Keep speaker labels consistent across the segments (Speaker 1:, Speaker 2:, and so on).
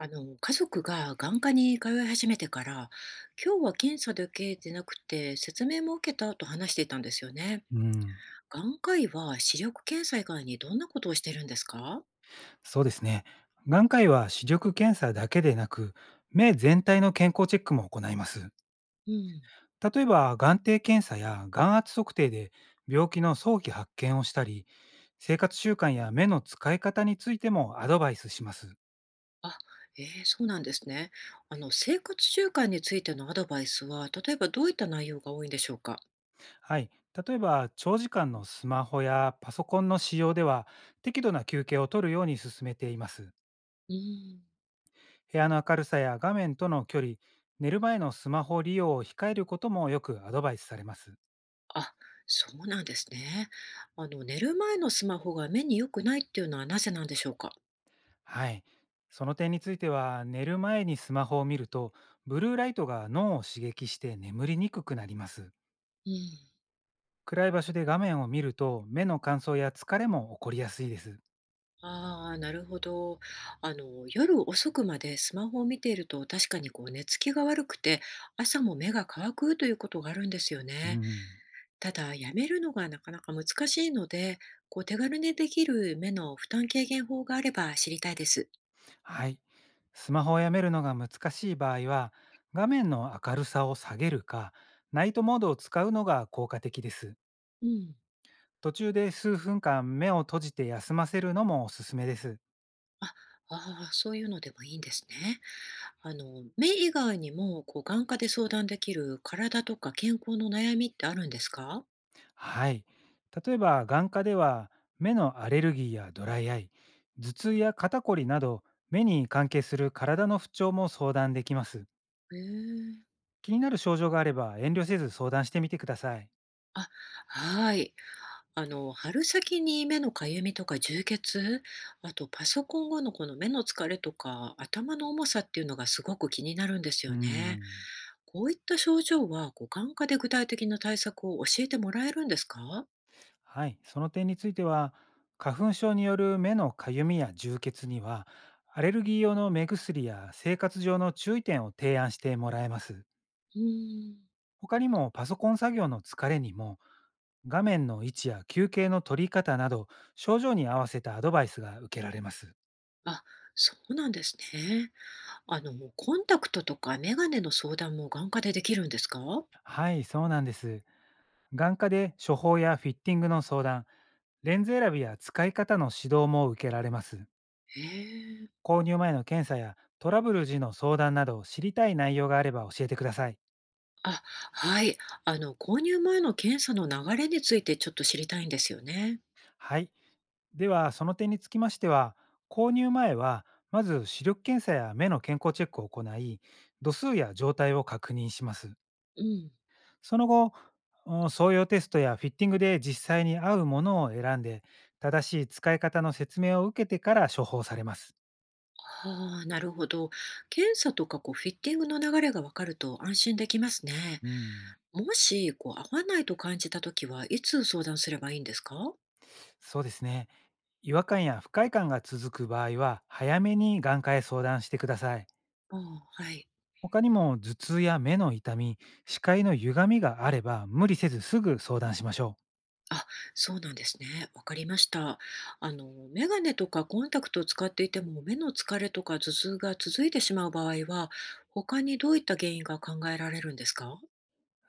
Speaker 1: 家族が眼科に通い始めてから、今日は検査だけでなくて説明も受けたと話していたんですよね。
Speaker 2: うん、
Speaker 1: 眼科医は視力検査以外にどんなことをしてるんですか？
Speaker 2: そうですね。眼科医は視力検査だけでなく、目全体の健康チェックも行います。
Speaker 1: うん。
Speaker 2: 例えば、眼底検査や眼圧測定で病気の早期発見をしたり、生活習慣や目の使い方についてもアドバイスします。
Speaker 1: あ、そうなんですね。生活習慣についてのアドバイスは、例えばどういった内容が多いんでしょうか？
Speaker 2: はい。例えば、長時間のスマホやパソコンの使用では、適度な休憩を取るように勧めています。
Speaker 1: うん。
Speaker 2: 部屋の明るさや画面との距離、寝る前のスマホ利用を控えることもよくアドバイスされます。
Speaker 1: あ、そうなんですね。寝る前のスマホが目に良くないっていうのはなぜなんでしょうか？
Speaker 2: はい。その点については、寝る前にスマホを見ると、ブルーライトが脳を刺激して眠りにくくなります。
Speaker 1: うん。
Speaker 2: 暗い場所で画面を見ると、目の乾燥や疲れも起こりやすいです。
Speaker 1: ああ、なるほど。夜遅くまでスマホを見ていると確かにこう寝つきが悪くて朝も目が乾くということがあるんですよ
Speaker 2: う
Speaker 1: ね。
Speaker 2: ん、
Speaker 1: ただ、やめるのがなかなか難しいので、こう手軽にできる目の負担軽減法があれば知りたいです。
Speaker 2: はい。スマホをやめるのが難しい場合は、画面の明るさを下げるか、ナイトモードを使うのが効果的です。
Speaker 1: うん。
Speaker 2: 途中で数分間目を閉じて休ませるのもおすすめです。
Speaker 1: あ、ああ、そういうのでもいいんですね。目以外にもこう眼科で相談できる体とか健康の悩みってあるんですか？
Speaker 2: はい。例えば、眼科では目のアレルギーやドライアイ、頭痛や肩こりなど、目に関係する体の不調も相談できます。
Speaker 1: へえ。
Speaker 2: 気になる症状があれば遠慮せず相談してみてください。
Speaker 1: あ、はい。春先に目のかゆみとか充血、あとパソコン後のこの目の疲れとか頭の重さっていうのがすごく気になるんです
Speaker 2: うー
Speaker 1: よね。
Speaker 2: ん、
Speaker 1: こういった症状は、こう眼科で具体的な対策を教えてもらえるんですか？
Speaker 2: はい。その点については、花粉症による目のかゆみや充血には、アレルギー用の目薬や生活上の注意点を提案してもらえます。
Speaker 1: うーん。
Speaker 2: 他にもパソコン作業の疲れにも画面の位置や休憩の取り方など症状に合わせたアドバイスが受けられます。
Speaker 1: あ、そうなんですね。コンタクトとかメガネの相談も眼科でできるんですか？
Speaker 2: はい、そうなんです。眼科で処方やフィッティングの相談、レンズ選びや使い方の指導も受けられます。
Speaker 1: へえ。
Speaker 2: 購入前の検査やトラブル時の相談など知りたい内容があれば教えてください。
Speaker 1: あ、はい。購入前の検査の流れについてちょっと知りたいんですよね。
Speaker 2: はい。では、その点につきましては、購入前はまず視力検査や目の健康チェックを行い、度数や状態を確認します。
Speaker 1: うん。
Speaker 2: その後、お総用テストやフィッティングで実際に合うものを選んで、正しい使い方の説明を受けてから処方されます。
Speaker 1: はあ、なるほど。検査とかこうフィッティングの流れが分かると安心できますね。
Speaker 2: うん。
Speaker 1: もしこう合わないと感じたときはいつ相談すればいいんですか？
Speaker 2: そうですね。違和感や不快感が続く場合は、早めに眼科へ相談してください。
Speaker 1: ああ、はい。
Speaker 2: 他にも頭痛や目の痛み、視界の歪みがあれば、無理せずすぐ相談しましょ
Speaker 1: あ、そうなんですね。わかりました。あの、メガネとかコンタクトを使っていても目の疲れとか頭痛が続いてしまう場合は、他にどういった原因が考えられるんですか？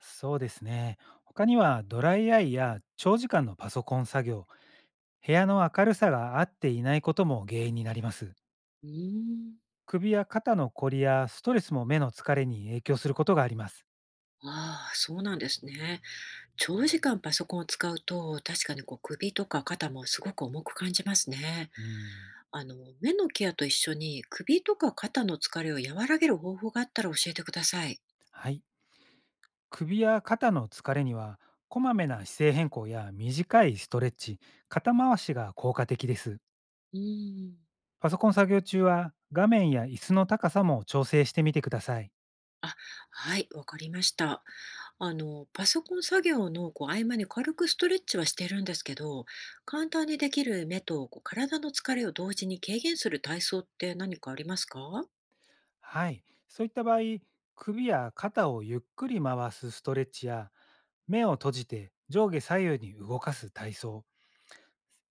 Speaker 2: う。そうですね。他にはドライアイや長時間のパソコン作業、部屋の明るさが合っていないことも原因になります。
Speaker 1: うーん。
Speaker 2: 首や肩のこりやストレスも目の疲れに影響することがあります。
Speaker 1: ああ、そうなんですね。長時間パソコンを使うと、確かにこう首とか肩もすごく重く感じますね。
Speaker 2: うん。
Speaker 1: あの、目のケアと一緒に首とか肩の疲れを和らげる方法があったら教えてください。
Speaker 2: はい。首や肩の疲れには、こまめな姿勢変更や短いストレッチ、肩回しが効果的です。
Speaker 1: うん。
Speaker 2: パソコン作業中は画面や椅子の高さも調整してみてください。
Speaker 1: あ、はい、わかりました。パソコン作業のこう合間に軽くストレッチはしてるんですけど、簡単にできる目とこう体の疲れを同時に軽減する体操って何かありますか？
Speaker 2: はい。そういった場合、首や肩をゆっくり回すストレッチや、目を閉じて上下左右に動かす体操、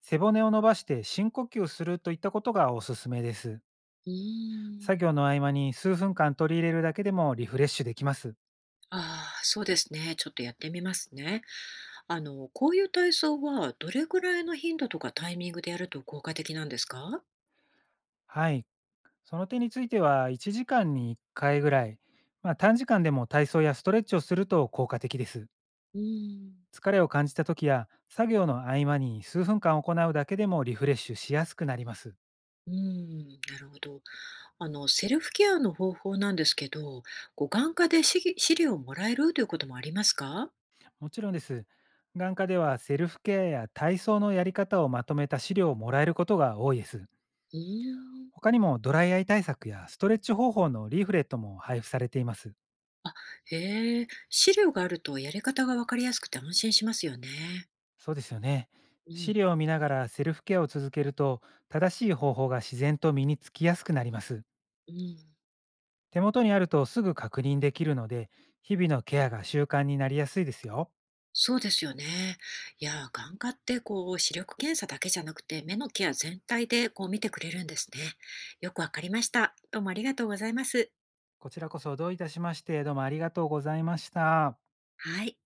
Speaker 2: 背骨を伸ばして深呼吸するといったことがおすすめです。
Speaker 1: うーん。
Speaker 2: 作業の合間に数分間取り入れるだけでもリフレッシュできます。
Speaker 1: ああ、そうですね。ちょっとやってみますね。こういう体操はどれぐらいの頻度とかタイミングでやると効果的なんですか？
Speaker 2: はい。その点については、1時間に1回ぐらい、まあ、短時間でも体操やストレッチをすると効果的です。
Speaker 1: うーん。
Speaker 2: 疲れを感じた時や、作業の合間に数分間行うだけでもリフレッシュしやすくなります。
Speaker 1: うん、なるほど。セルフケアの方法なんですけど、こう眼科で資料をもらえるということもありますか？
Speaker 2: もちろんです。眼科ではセルフケアや体操のやり方をまとめた資料をもらえることが多いです。
Speaker 1: うーん。
Speaker 2: 他にもドライアイ対策やストレッチ方法のリーフレットも配布されています。
Speaker 1: へえ、資料があるとやり方がわかりやすくて安心しますよね。
Speaker 2: そうですよね。
Speaker 1: う
Speaker 2: 資
Speaker 1: ん
Speaker 2: 料を見ながらセルフケアを続けると、正しい方法が自然と身につきやすくなります。
Speaker 1: うん。
Speaker 2: 手元にあるとすぐ確認できるので、日々のケアが習慣になりやすいですよ。
Speaker 1: そうですよね。いやー、眼科ってこう視力検査だけじゃなくて目のケア全体でこう見てくれるんですね。よくわかりました。どうもありがとうございます。
Speaker 2: こちらこそどういたしまして、どうもありがとうございました。
Speaker 1: はい。